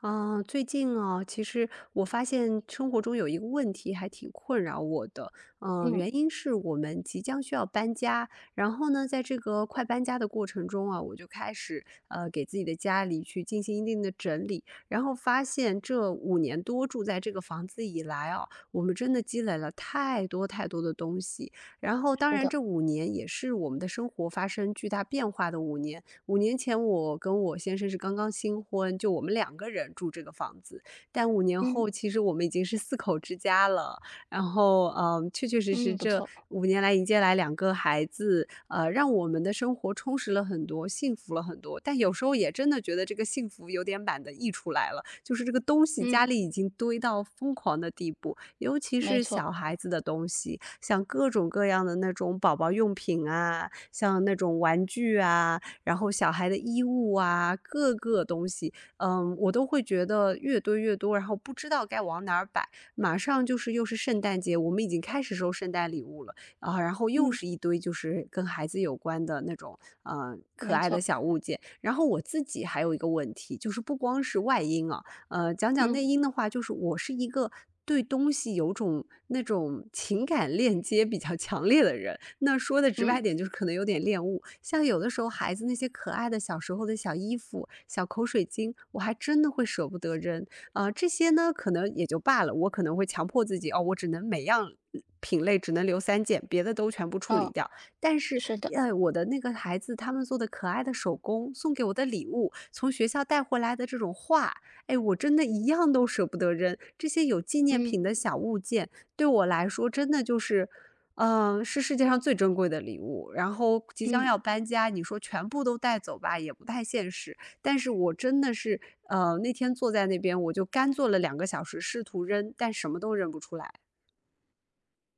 啊，最近啊，其实我发现生活中有一个问题还挺困扰我的，嗯，原因是我们即将需要搬家，然后呢，在这个快搬家的过程中啊，我就开始给自己的家里去进行一定的整理，然后发现这5年多住在这个房子以来啊，我们真的积累了太多的东西，然后当是然的，这五年也是我们的生活发生巨大变化的五年，5年前我跟我先生是刚刚新婚，就我们2个人住这个房子，但五年嗯后其实我们已经是4口之家了。然后，嗯，确确实嗯，实不这错，五年来迎接来2个孩子，让我们的生活充实了很多，幸福了很多。但有时候也真的觉得这个幸福有点满的溢出来了，就是这个东西嗯，家里已经堆到疯狂的地步，尤其没是错，小孩子的东西，像各种各样的那种宝宝用品啊，像那种玩具啊，然后小孩的衣物啊，各个东西，嗯，我都会觉得越堆越多，然后不知道该往哪儿摆。马上就是又是圣诞节，我们已经开始收圣诞礼物了啊，然后又嗯，是一堆就是跟孩子有关的那种，可没爱的错，小物件。然后我自己还有一个问题，就是不光是外因啊，讲讲嗯内因的话，就是我是一个对东西有种那种情感链接比较强烈的人，那说的直嗯，白点就是可能有点恋物。像有的时候孩子那些可爱的小时候的小衣服、小口水巾，我还真的会舍不得扔。啊，这些呢，可能也就罢了，我可能会强迫自己，哦，我只能每样品类只能留3件，别的都全部处理哦，掉。但是，是的，我的那个孩子他们做的可爱的手工，送给我的礼物，从学校带回来的这种画，哎，我真的一样都舍不得扔。这些有纪念嗯品的小物件，对我来说真的就是，嗯，是世界上最珍贵的礼物。然后即将嗯要搬家，你说全部都带走吧，也不太现实。但是我真的是，那天坐在那边，我就干坐了2个小时，试图扔，但什么都扔不出来。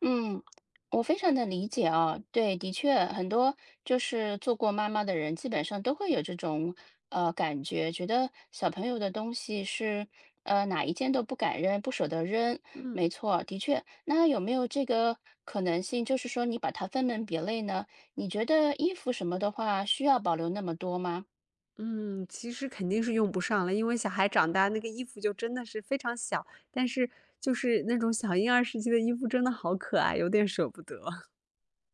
嗯，我非常的理解啊，对，的确，很多就是做过妈妈的人，基本上都会有这种感觉，觉得小朋友的东西是哪一件都不敢扔，不舍得扔，没嗯错，的确，那有没有这个可能性，就是说你把它分门别类呢？你觉得衣服什么的话，需要保留那么多吗？嗯，其实肯定是用不上了，因为小孩长大，那个衣服就真的是非常小，但是就是那种小婴儿时期的衣服，真的好可爱，有点舍不得。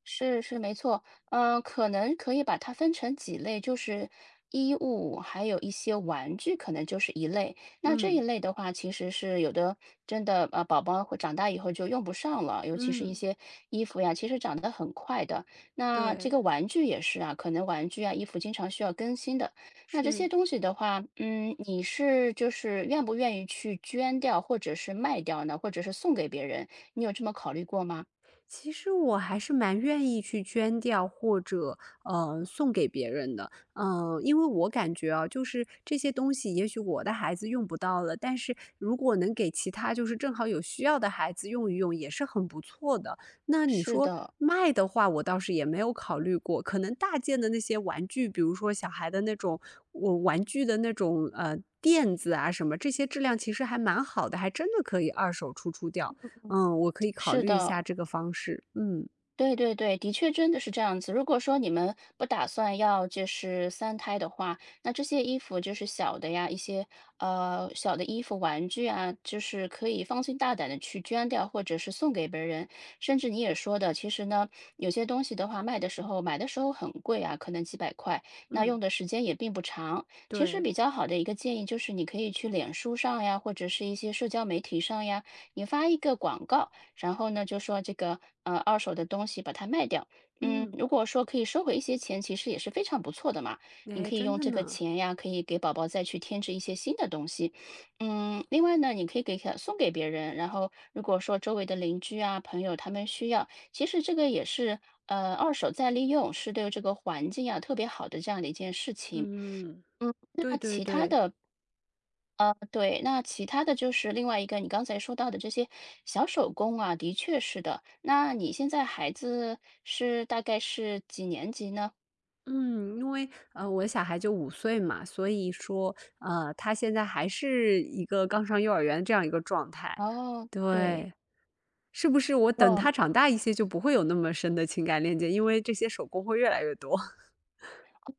是是，没错，嗯，可能可以把它分成几类，就是衣物，还有一些玩具，可能就是一类。那这一嗯。类的话，其实是有的，真的，宝宝会长大以后就用不上了，尤其是一嗯，些衣服呀，其实长得很快的。那这对，个玩具也是啊，可能玩具啊、衣服经常需要更新的。那这些是。东西的话，嗯，你是就是愿不愿意去捐掉，或者是卖掉呢，或者是送给别人？你有这么考虑过吗？其实我还是蛮愿意去捐掉或者，送给别人的。嗯，因为我感觉啊，就是这些东西也许我的孩子用不到了，但是如果能给其他就是正好有需要的孩子用一用，也是很不错的。那你是说的，卖的话，我倒是也没有考虑过，可能大件的那些玩具，比如说小孩的那种我玩具的那种，垫子啊什么，这些质量其实还蛮好的，还真的可以二手出出掉。嗯，我可以考是虑一的。下这个方式，嗯。对对对，的确真的是这样子。如果说你们不打算要就是三胎的话，那这些衣服就是小的呀，一些小的衣服、玩具啊，就是可以放心大胆的去捐掉，或者是送给别人。甚至你也说的，其实呢，有些东西的话，卖的时候买的时候很贵啊，可能几百块，那用嗯，的时间也并不长。其实对，比较好的一个建议就是，你可以去脸书上呀，或者是一些社交媒体上呀，你发一个广告。然后呢，就说这个二手的东西把它卖掉，嗯，嗯，如果说可以收回一些钱，其实也是非常不错的嘛。你哎，可以真用的这个呢，钱呀，可以给宝宝再去添置一些新的东西，嗯，另外呢，你可以给他送给别人，然后如果说周围的邻居啊、朋友他们需要，其实这个也是二手再利用，是对这个环境啊特别好的这样的一件事情。嗯，嗯。对对对，对，那其他的就是另外一个你刚才说到的这些小手工啊，的确是的。那你现在孩子是大概是几年级呢？嗯，因为我小孩就5岁嘛，所以说，他现在还是一个刚上幼儿园这样一个状态，哦，对，对，是不是我等哦，他长大一些就不会有那么深的情感链接，因为这些手工会越来越多。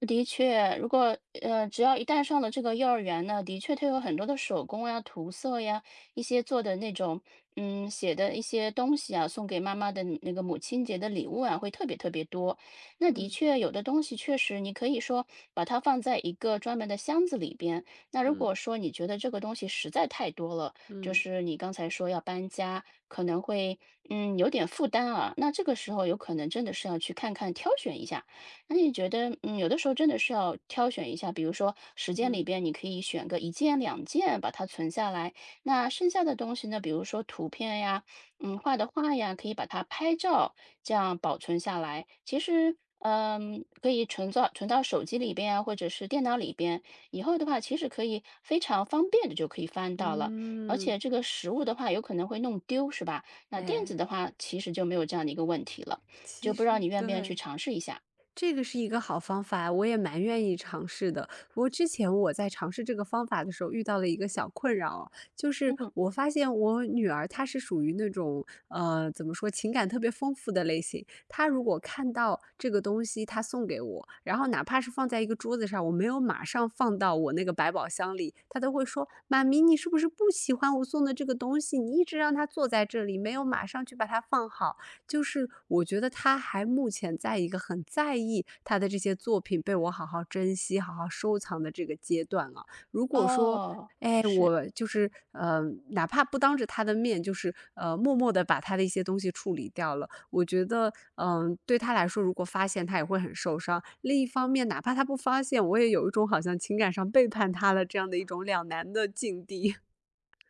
的确，如果只要一旦上了这个幼儿园呢，的确它有很多的手工呀、涂色呀，一些做的那种，嗯，写的一些东西啊，送给妈妈的那个母亲节的礼物啊，会特别特别多。那的嗯确，有的东西确实你可以说把它放在一个专门的箱子里边。那如果嗯说你觉得这个东西实在太多了，就嗯是你刚才说要搬家，可能会有点负担啊，那这个时候有可能真的是要去看看挑选一下。那你觉得，嗯，有的时候真的是要挑选一下，比如说时间里嗯边，你可以选个一件、两件把它存下来。那剩下的东西呢，比如说图片呀，嗯，画的画呀，可以把它拍照，这样保存下来。其实，嗯，可以存到手机里边啊，或者是电脑里边。以后的话，其实可以非常方便的就可以翻到了。而嗯，且这个实物的话，有可能会弄丢，是吧？那电子哎，的话，其实就没有这样的一个问题了。就其不知道实你愿不愿意去对。尝试一下？这个是一个好方法，我也蛮愿意尝试的。不过之前我在尝试这个方法的时候，遇到了一个小困扰哦就是嗯。我发现我女儿她是属于那种，怎么说，情感特别丰富的类型。她如果看到这个东西，她送给我，然后哪怕是放在一个桌子上，我没有马上放到我那个百宝箱里，她都会说：“妈咪，你是不是不喜欢我送的这个东西？你一直让它坐在这里，没有马上去把它放好。”就是我觉得他还目前在一个很在意他的这些作品被我好好珍惜、好好收藏的这个阶段啊。如果说，哦，哎，是，我就是，哪怕不当着他的面，就是，默默的把他的一些东西处理掉了，我觉得，嗯，对他来说，如果发现他也会很受伤。另一方面，哪怕他不发现，我也有一种好像情感上背叛他了这样的一种两难的境地。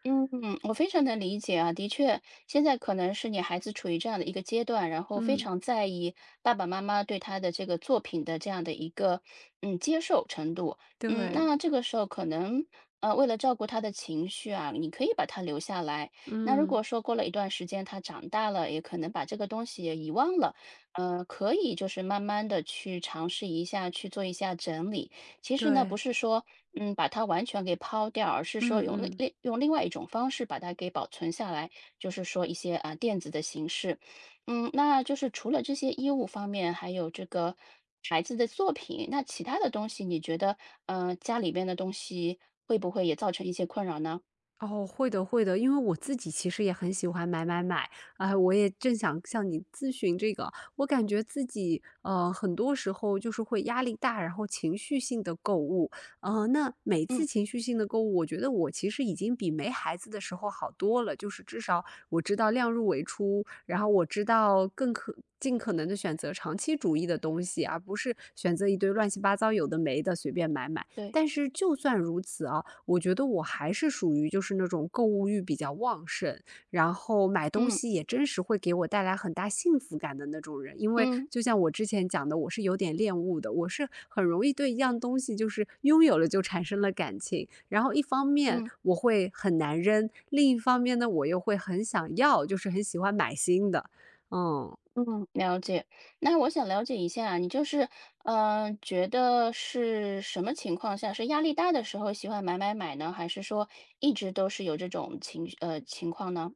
嗯，我非常能理解啊，的确，现在可能是你孩子处于这样的一个阶段，然后非嗯，常在意爸爸妈妈对他的这个作品的这样的一个接受程度，嗯，对，那这个时候可能为了照顾他的情绪啊，你可以把他留下来。那如嗯，果说过了一段时间他长大了，也可能把这个东西也遗忘了，可以就是慢慢的去尝试一下，去做一下整理。其实呢，不对，是说，嗯，把它完全给抛掉，而是说嗯用另嗯。另用另外一种方式把它给保存下来，就是说一些啊电子的形式。嗯，那就是除了这些衣物方面，还有这个孩子的作品，那其他的东西，你觉得，家里边的东西会不会也造成一些困扰呢？哦，会的会的，因为我自己其实也很喜欢买买买，啊，我也正想向你咨询这个，我感觉自己很多时候就是会压力大，然后情绪性的购物，那每次嗯，情绪性的购物，我觉得我其实已经比没孩子的时候好多了，就是至少我知道量入为出，然后我知道更可。尽可能的选择长期主义的东西，而不是选择一堆乱七八糟有的没的随便买买。对，但是就算如此啊，我觉得我还是属于就是那种购物欲比较旺盛，然后买东嗯西也真实会给我带来很大幸福感的那种人。因为嗯就像我之前讲的，我是有点恋物的，我是很容易对一样东西就是拥有了就产生了感情。然后一方面嗯。我会很难扔，另一方面呢，我又会很想要，就是很喜欢买新的。嗯。嗯，了解。那我想了解一下，你就是，嗯，觉得是什么情况下，是压力大的时候喜欢买买买呢？还是说一直都是有这种情况呢？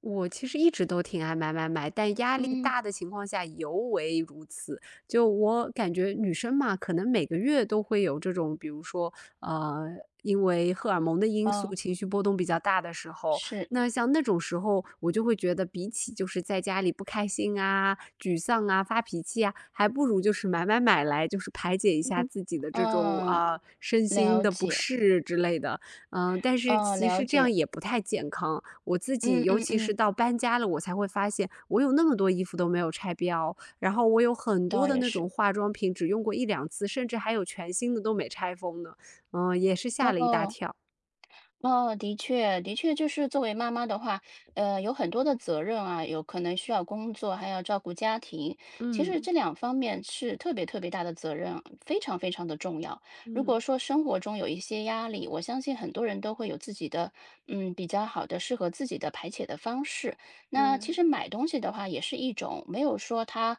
我其实一直都挺爱买买买，但压力嗯，大的情况下尤为如此。就我感觉女生嘛，可能每个月都会有这种，比如说，呃，因为荷尔蒙的因素，哦，情绪波动比较大的时候，是，那像那种时候，我就会觉得比起就是在家里不开心啊、沮丧啊、发脾气啊，还不如就是买买买来，就是排解一下嗯，自己的这种嗯，啊、身心了的不解，适之类的。嗯，但是哦，其了实这样解，也不太健康。我自嗯己尤嗯其是嗯，到搬家了，我才会发现我有那么多衣服都没有拆标，然后我有很多倒的也那是，种化妆品只用过1、2次，甚至还有全新的都没拆封呢。嗯，也是吓了一大哦。跳。哦，的确，的确，就是作为妈妈的话，有很多的责任啊，有可能需要工作，还要照顾家庭。其实嗯，这两方面是特别特别大的责任，非常非常的重要。如果嗯，说生活中有一些压力，我相信很多人都会有自己的，嗯，比较好的适合自己的排解的方式。对，那其实买东西的话，也是一种没有说它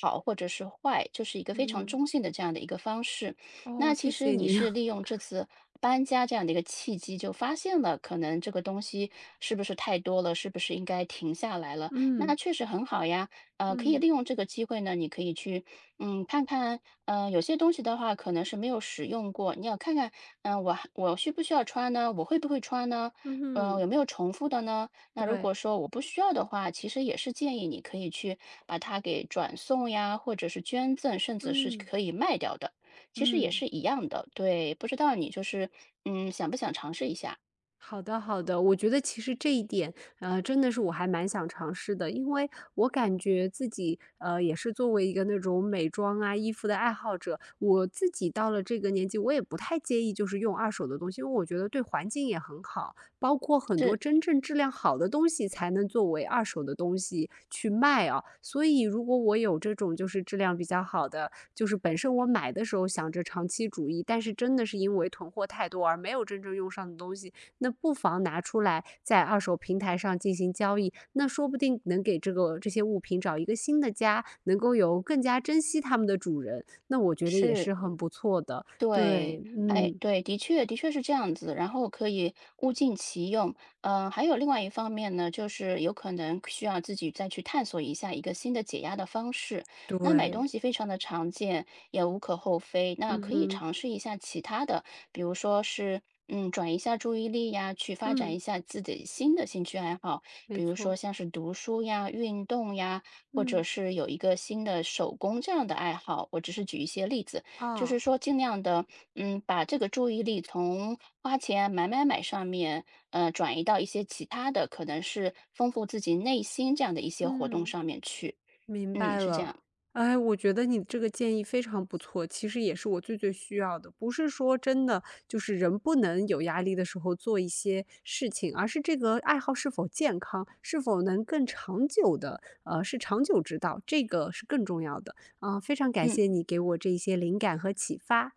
好或者是坏，就是一个非常嗯，中性的这样的一个方式。哦，那其谢实谢你你。是利 用这次搬家这样的一个契机，就发现了可能这个东西是不是太多了，是不是应该停下来了？那嗯，确实很好呀，可以嗯，利用这个机会呢，你可以去，嗯，看看，嗯，有些东西的话可能是没有使用过，你要看看，嗯、我需不需要穿呢？我会不会穿呢？嗯有哼，没有重复的呢？那如果对，说我不需要的话，其实也是建议你可以去把它给转送呀，或者是捐赠，甚至是嗯，可以卖掉的。其实也嗯。是一样的，对，不知道你就是，嗯，想不想尝试一下？好的，好的，我觉得其实这一点，真的是我还蛮想尝试的，因为我感觉自己，也是作为一个那种美妆啊、衣服的爱好者，我自己到了这个年纪，我也不太介意就是用二手的东西，因为我觉得对环境也很好，包括很多是真正质量好的东西才能作为二手的东西去卖啊。所以，如果我有这种就是质量比较好的，就是本身我买的时候想着长期主义，但是真的是因为囤货太多而没有真正用上的东西，那不妨拿出来在二手平台上进行交易，那说不定能给这个这些物品找一个新的家，能够有更加珍惜它们的主人，那我觉得也是很不错的。对，对，哎，嗯，对，的确，的确是这样子。然后可以物尽其用，嗯、还有另外一方面呢，就是有可能需要自己再去探索一下一个新的解压的方式。那买对，东西非常的常见，也无可厚非。那嗯可以哼，尝试一下其他的，比如说是。嗯，转移一下注意力呀，去发展一嗯，下自己新的兴趣爱好，没比如说错，像是读书呀、运动呀，或者嗯，是有一个新的手工这样的爱好。我只是举一些例子，就是啊，说尽量的，嗯，把这个注意力从花钱、买买买上面，转移到一些其他的，可能是丰富自己内心这样的一些活动嗯。上面去。明嗯，白是这样。了，哎，我觉得你这个建议非常不错，其实也是我最最需要的。不是说真的就是人不能有压力的时候做一些事情，而是这个爱好是否健康，是否能更长久的，是长久之道，这个是更重要的。啊、非常感嗯，谢你给我这一些灵感和启发。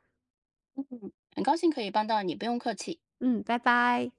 嗯，很高兴可以帮到你，不用客气。嗯，拜拜。